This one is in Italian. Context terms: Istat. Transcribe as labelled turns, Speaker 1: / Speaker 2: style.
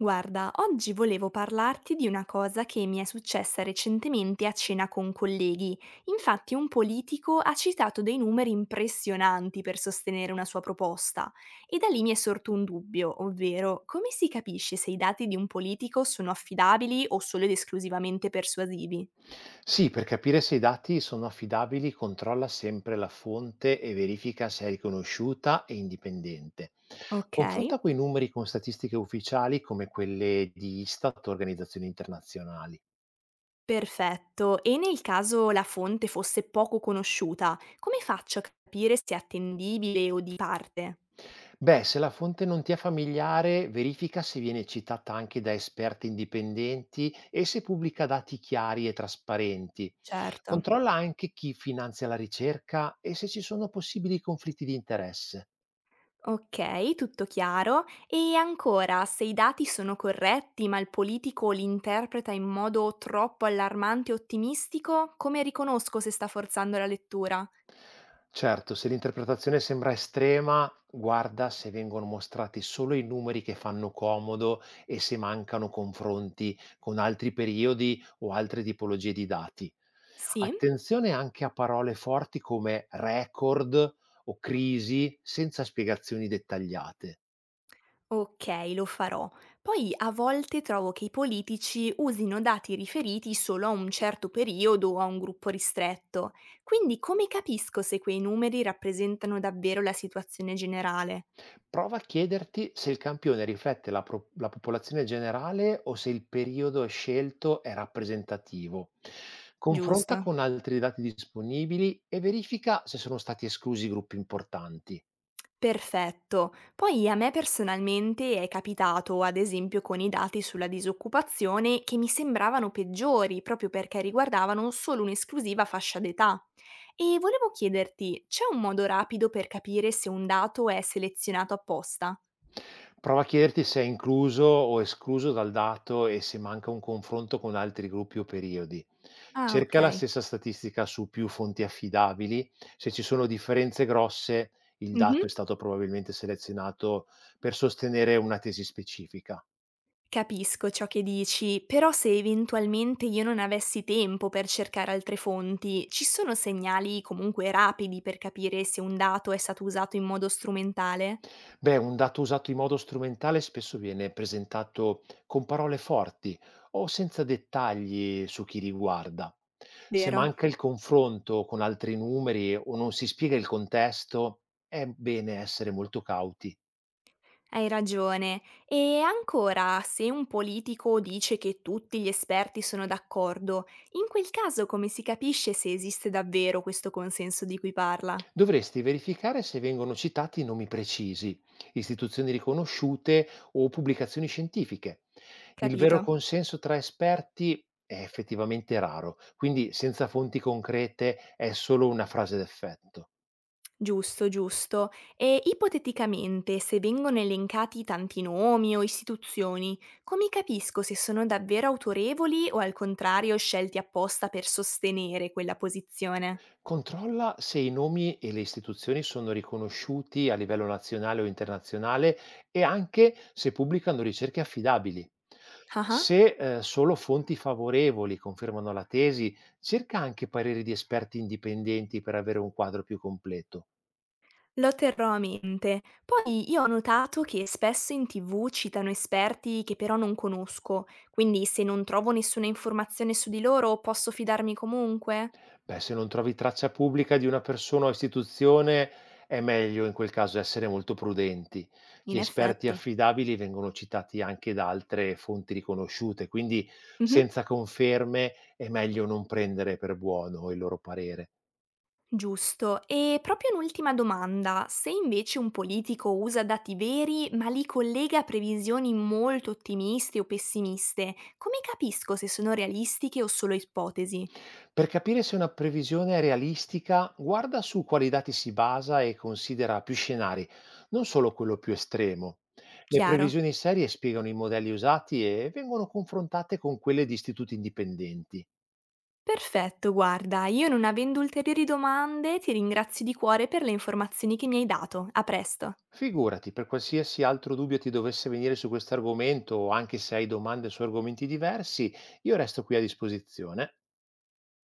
Speaker 1: Guarda, oggi volevo parlarti di una cosa che mi è successa recentemente a cena con colleghi. Infatti un politico ha citato dei numeri impressionanti per sostenere una sua proposta e da lì mi è sorto un dubbio, ovvero come si capisce se i dati di un politico sono affidabili o solo ed esclusivamente persuasivi?
Speaker 2: Sì, per capire se i dati sono affidabili, controlla sempre la fonte e verifica se è riconosciuta e indipendente.
Speaker 1: Ok.
Speaker 2: Confronta quei numeri con statistiche ufficiali come quelle di Istat o organizzazioni internazionali.
Speaker 1: Perfetto, e nel caso la fonte fosse poco conosciuta, come faccio a capire se è attendibile o di parte?
Speaker 2: Beh, se la fonte non ti è familiare, verifica se viene citata anche da esperti indipendenti e se pubblica dati chiari e trasparenti.
Speaker 1: Certo.
Speaker 2: Controlla anche chi finanzia la ricerca e se ci sono possibili conflitti di interesse.
Speaker 1: Ok, tutto chiaro. E ancora, se i dati sono corretti, ma il politico li interpreta in modo troppo allarmante e ottimistico, come riconosco se sta forzando la lettura?
Speaker 2: Certo, se l'interpretazione sembra estrema, guarda se vengono mostrati solo i numeri che fanno comodo e se mancano confronti con altri periodi o altre tipologie di dati.
Speaker 1: Sì?
Speaker 2: Attenzione anche a parole forti come record o crisi senza spiegazioni dettagliate.
Speaker 1: Ok, lo farò. Poi a volte trovo che i politici usino dati riferiti solo a un certo periodo o a un gruppo ristretto. Quindi come capisco se quei numeri rappresentano davvero la situazione generale?
Speaker 2: Prova a chiederti se il campione riflette la popolazione generale o se il periodo scelto è rappresentativo. Confronta
Speaker 1: Giusto?
Speaker 2: con altri dati disponibili e verifica se sono stati esclusi gruppi importanti.
Speaker 1: Perfetto. Poi a me personalmente è capitato, ad esempio, con i dati sulla disoccupazione che mi sembravano peggiori proprio perché riguardavano solo un'esclusiva fascia d'età. E volevo chiederti, c'è un modo rapido per capire se un dato è selezionato apposta?
Speaker 2: Prova a chiederti se è incluso o escluso dal dato e se manca un confronto con altri gruppi o periodi.
Speaker 1: Ah, ok.
Speaker 2: Cerca la stessa statistica su più fonti affidabili, se ci sono differenze grosse, il dato è
Speaker 1: Mhm.
Speaker 2: stato probabilmente selezionato per sostenere una tesi specifica.
Speaker 1: Capisco ciò che dici, però se eventualmente io non avessi tempo per cercare altre fonti, ci sono segnali comunque rapidi per capire se un dato è stato usato in modo strumentale?
Speaker 2: Beh, un dato usato in modo strumentale spesso viene presentato con parole forti o senza dettagli su chi riguarda. Se
Speaker 1: Vero,
Speaker 2: manca il confronto con altri numeri o non si spiega il contesto, è bene essere molto cauti.
Speaker 1: hai ragione. E ancora, se un politico dice che tutti gli esperti sono d'accordo, in quel caso come si capisce se esiste davvero questo consenso di cui parla?
Speaker 2: Dovresti verificare se vengono citati nomi precisi, istituzioni riconosciute o pubblicazioni scientifiche. Il vero
Speaker 1: Capito?
Speaker 2: consenso tra esperti è effettivamente raro, quindi senza fonti concrete è solo una frase d'effetto.
Speaker 1: Giusto, giusto. E ipoteticamente, se vengono elencati tanti nomi o istituzioni, come capisco se sono davvero autorevoli o al contrario scelti apposta per sostenere quella posizione?
Speaker 2: Controlla se i nomi e le istituzioni sono riconosciuti a livello nazionale o internazionale e anche se pubblicano ricerche affidabili.
Speaker 1: Ah ah.
Speaker 2: Se solo fonti favorevoli confermano la tesi, cerca anche pareri di esperti indipendenti per avere un quadro più completo.
Speaker 1: Lo terrò a mente. Poi io ho notato che spesso in TV citano esperti che però non conosco, quindi se non trovo nessuna informazione su di loro posso fidarmi comunque?
Speaker 2: Beh, se non trovi traccia pubblica di una persona o istituzione, è meglio in quel caso essere molto prudenti. Gli
Speaker 1: In
Speaker 2: esperti
Speaker 1: effetti.
Speaker 2: affidabili vengono citati anche da altre fonti riconosciute, quindi
Speaker 1: Mhm.
Speaker 2: senza conferme è meglio non prendere per buono il loro parere.
Speaker 1: Giusto. E proprio un'ultima domanda. Se invece un politico usa dati veri ma li collega a previsioni molto ottimiste o pessimiste, come capisco se sono realistiche o solo ipotesi?
Speaker 2: Per capire se una previsione è realistica, guarda su quali dati si basa e considera più scenari, non solo quello più estremo. Le
Speaker 1: Chiaro.
Speaker 2: previsioni serie spiegano i modelli usati e vengono confrontate con quelle di istituti indipendenti.
Speaker 1: Perfetto, guarda, io non avendo ulteriori domande ti ringrazio di cuore per le informazioni che mi hai dato. A presto.
Speaker 2: Figurati, per qualsiasi altro dubbio ti dovesse venire su questo argomento o anche se hai domande su argomenti diversi, io resto qui a disposizione.